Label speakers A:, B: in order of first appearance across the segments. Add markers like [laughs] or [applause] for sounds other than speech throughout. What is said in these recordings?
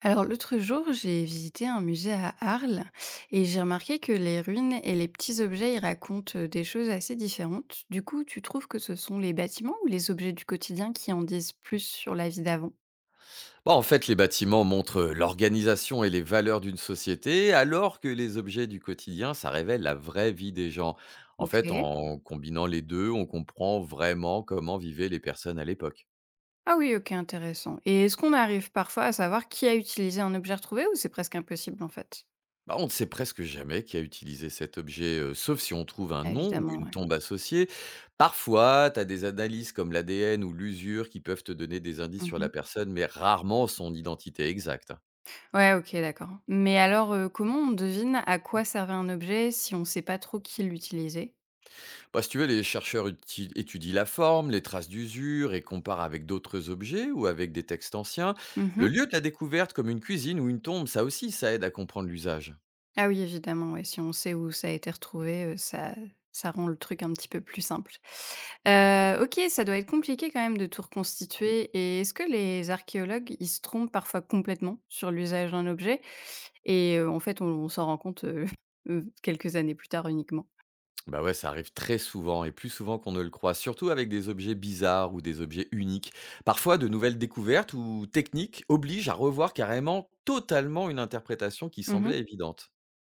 A: Alors l'autre jour, j'ai visité un musée à Arles et j'ai remarqué que les ruines et les petits objets y racontent des choses assez différentes. Du coup, tu trouves que ce sont les bâtiments ou les objets du quotidien qui en disent plus sur la vie d'avant?
B: Bah, en fait, les bâtiments montrent l'organisation et les valeurs d'une société, alors que les objets du quotidien, ça révèle la vraie vie des gens. En
A: Ok.
B: fait, en combinant les deux, on comprend vraiment comment vivaient les personnes à l'époque.
A: Ah oui, ok, intéressant. Et est-ce qu'on arrive parfois à savoir qui a utilisé un objet retrouvé ou c'est presque impossible en fait?
B: Bah, on ne sait presque jamais qui a utilisé cet objet, sauf si on trouve un nom ou
A: Évidemment,
B: une
A: ouais.
B: tombe associée. Parfois, tu as des analyses comme l'ADN ou l'usure qui peuvent te donner des indices sur la
A: Mhm.
B: personne, mais rarement son identité exacte.
A: Ouais, ok, d'accord. Mais alors, comment on devine à quoi servait un objet si on ne sait pas trop qui l'utilisait?
B: Bah, si tu veux, étudient la forme, les traces d'usure et comparent avec d'autres objets ou avec des textes anciens. Le lieu de la découverte, comme une cuisine ou une tombe, ça aussi, ça aide à comprendre l'usage.
A: Ah oui, évidemment, ouais, si on sait où ça a été retrouvé, ça ça rend le truc un petit peu plus simple. OK, ça doit être compliqué quand même de tout reconstituer. Et est-ce que les archéologues, ils se trompent parfois complètement sur l'usage d'un objet et en fait, on s'en rend compte, [laughs] quelques années plus tard uniquement?
B: Bah ouais, ça arrive très souvent et plus souvent qu'on ne le croit, surtout avec des objets bizarres ou des objets uniques. Parfois, de nouvelles découvertes ou techniques obligent à revoir carrément totalement une interprétation qui
A: Mmh.
B: semblait évidente.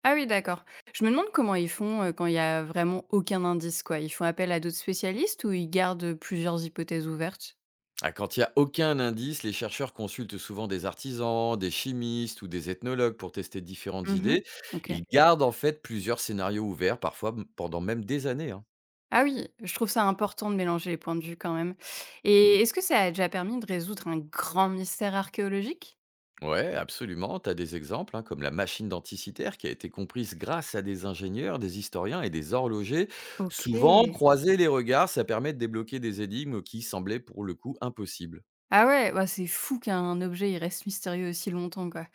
A: Ah oui, d'accord. Je me demande comment ils font, quand il y a vraiment aucun indice, quoi? Ils font appel à d'autres spécialistes ou ils gardent plusieurs hypothèses ouvertes?
B: Ah, quand il n'y a aucun indice, les chercheurs consultent souvent des artisans, des chimistes ou des ethnologues pour tester différentes
A: Mmh.
B: idées.
A: OK.
B: Ils gardent en fait plusieurs scénarios ouverts, pendant même des années, hein.
A: Ah oui, je trouve ça important de mélanger les points de vue quand même. Mmh. Et est-ce que ça a déjà permis de résoudre un grand mystère archéologique?
B: Ouais, absolument. Tu as des exemples, hein, comme la machine denticitaire qui a été comprise grâce à des ingénieurs, des historiens et des horlogers. Souvent,
A: OK.
B: croiser les regards, ça permet de débloquer des énigmes qui semblaient pour le coup impossibles.
A: Ah ouais, bah, c'est fou qu'un objet, il reste mystérieux aussi longtemps, quoi.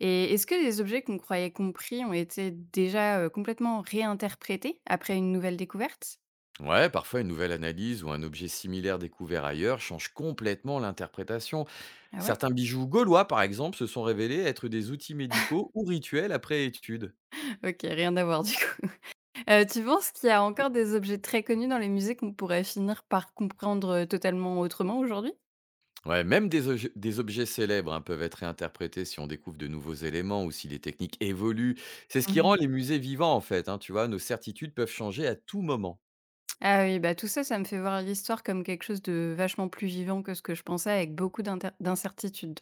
A: Et est-ce que les objets qu'on croyait compris ont été déjà, complètement réinterprétés après une nouvelle découverte?
B: Ouais, parfois une nouvelle analyse ou un objet similaire découvert ailleurs change complètement l'interprétation.
A: Ah ouais?
B: Certains bijoux gaulois, par exemple, se sont révélés être des outils
A: [laughs]
B: médicaux ou rituels après étude.
A: OK, rien à voir du coup. [laughs] Tu penses qu'il y a encore des objets très connus dans les musées qu'on pourrait finir par comprendre, totalement autrement aujourd'hui?
B: Ouais, des objets célèbres, hein, peuvent être réinterprétés si on découvre de nouveaux éléments ou si les techniques évoluent. C'est ce qui rend les musées vivants, en fait, hein, tu vois, nos certitudes peuvent changer à tout moment.
A: Ah oui, bah, tout ça, ça me fait voir l'histoire comme quelque chose de vachement plus vivant que ce que je pensais, avec beaucoup d'incertitudes.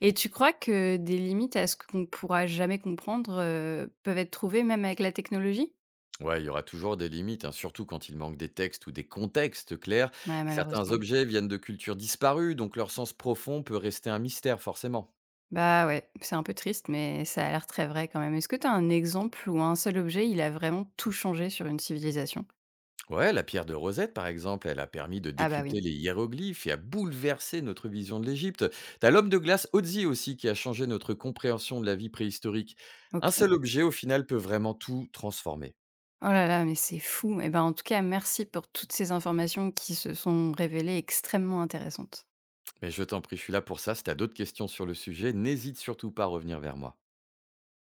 A: Et tu crois que des limites à ce qu'on ne pourra jamais comprendre, peuvent être trouvées même avec la technologie?
B: Ouais, il y aura toujours des limites, hein, surtout quand il manque des textes ou des contextes clairs.
A: Ouais,
B: Certains
A: malheureusement.
B: objets viennent de cultures disparues, donc leur sens profond peut rester un mystère, forcément.
A: Bah, ouais, c'est un peu triste, mais ça a l'air très vrai quand même. Est-ce que tu as un exemple où un seul objet, il a vraiment tout changé sur une civilisation?
B: Ouais, la pierre de Rosette, par exemple, elle a permis de
A: Ah bah, oui.
B: décrypter les hiéroglyphes et a bouleversé notre vision de l'Égypte. T'as l'homme de glace Otzi aussi qui a changé notre compréhension de la vie préhistorique. Un
A: OK.
B: seul objet, au final, peut vraiment tout transformer.
A: Oh là là, mais c'est fou. Et ben, en tout cas, merci pour toutes ces informations qui se sont révélées extrêmement intéressantes.
B: Mais je t'en prie, je suis là pour ça. Si t'as d'autres questions sur le sujet, n'hésite surtout pas à revenir vers moi.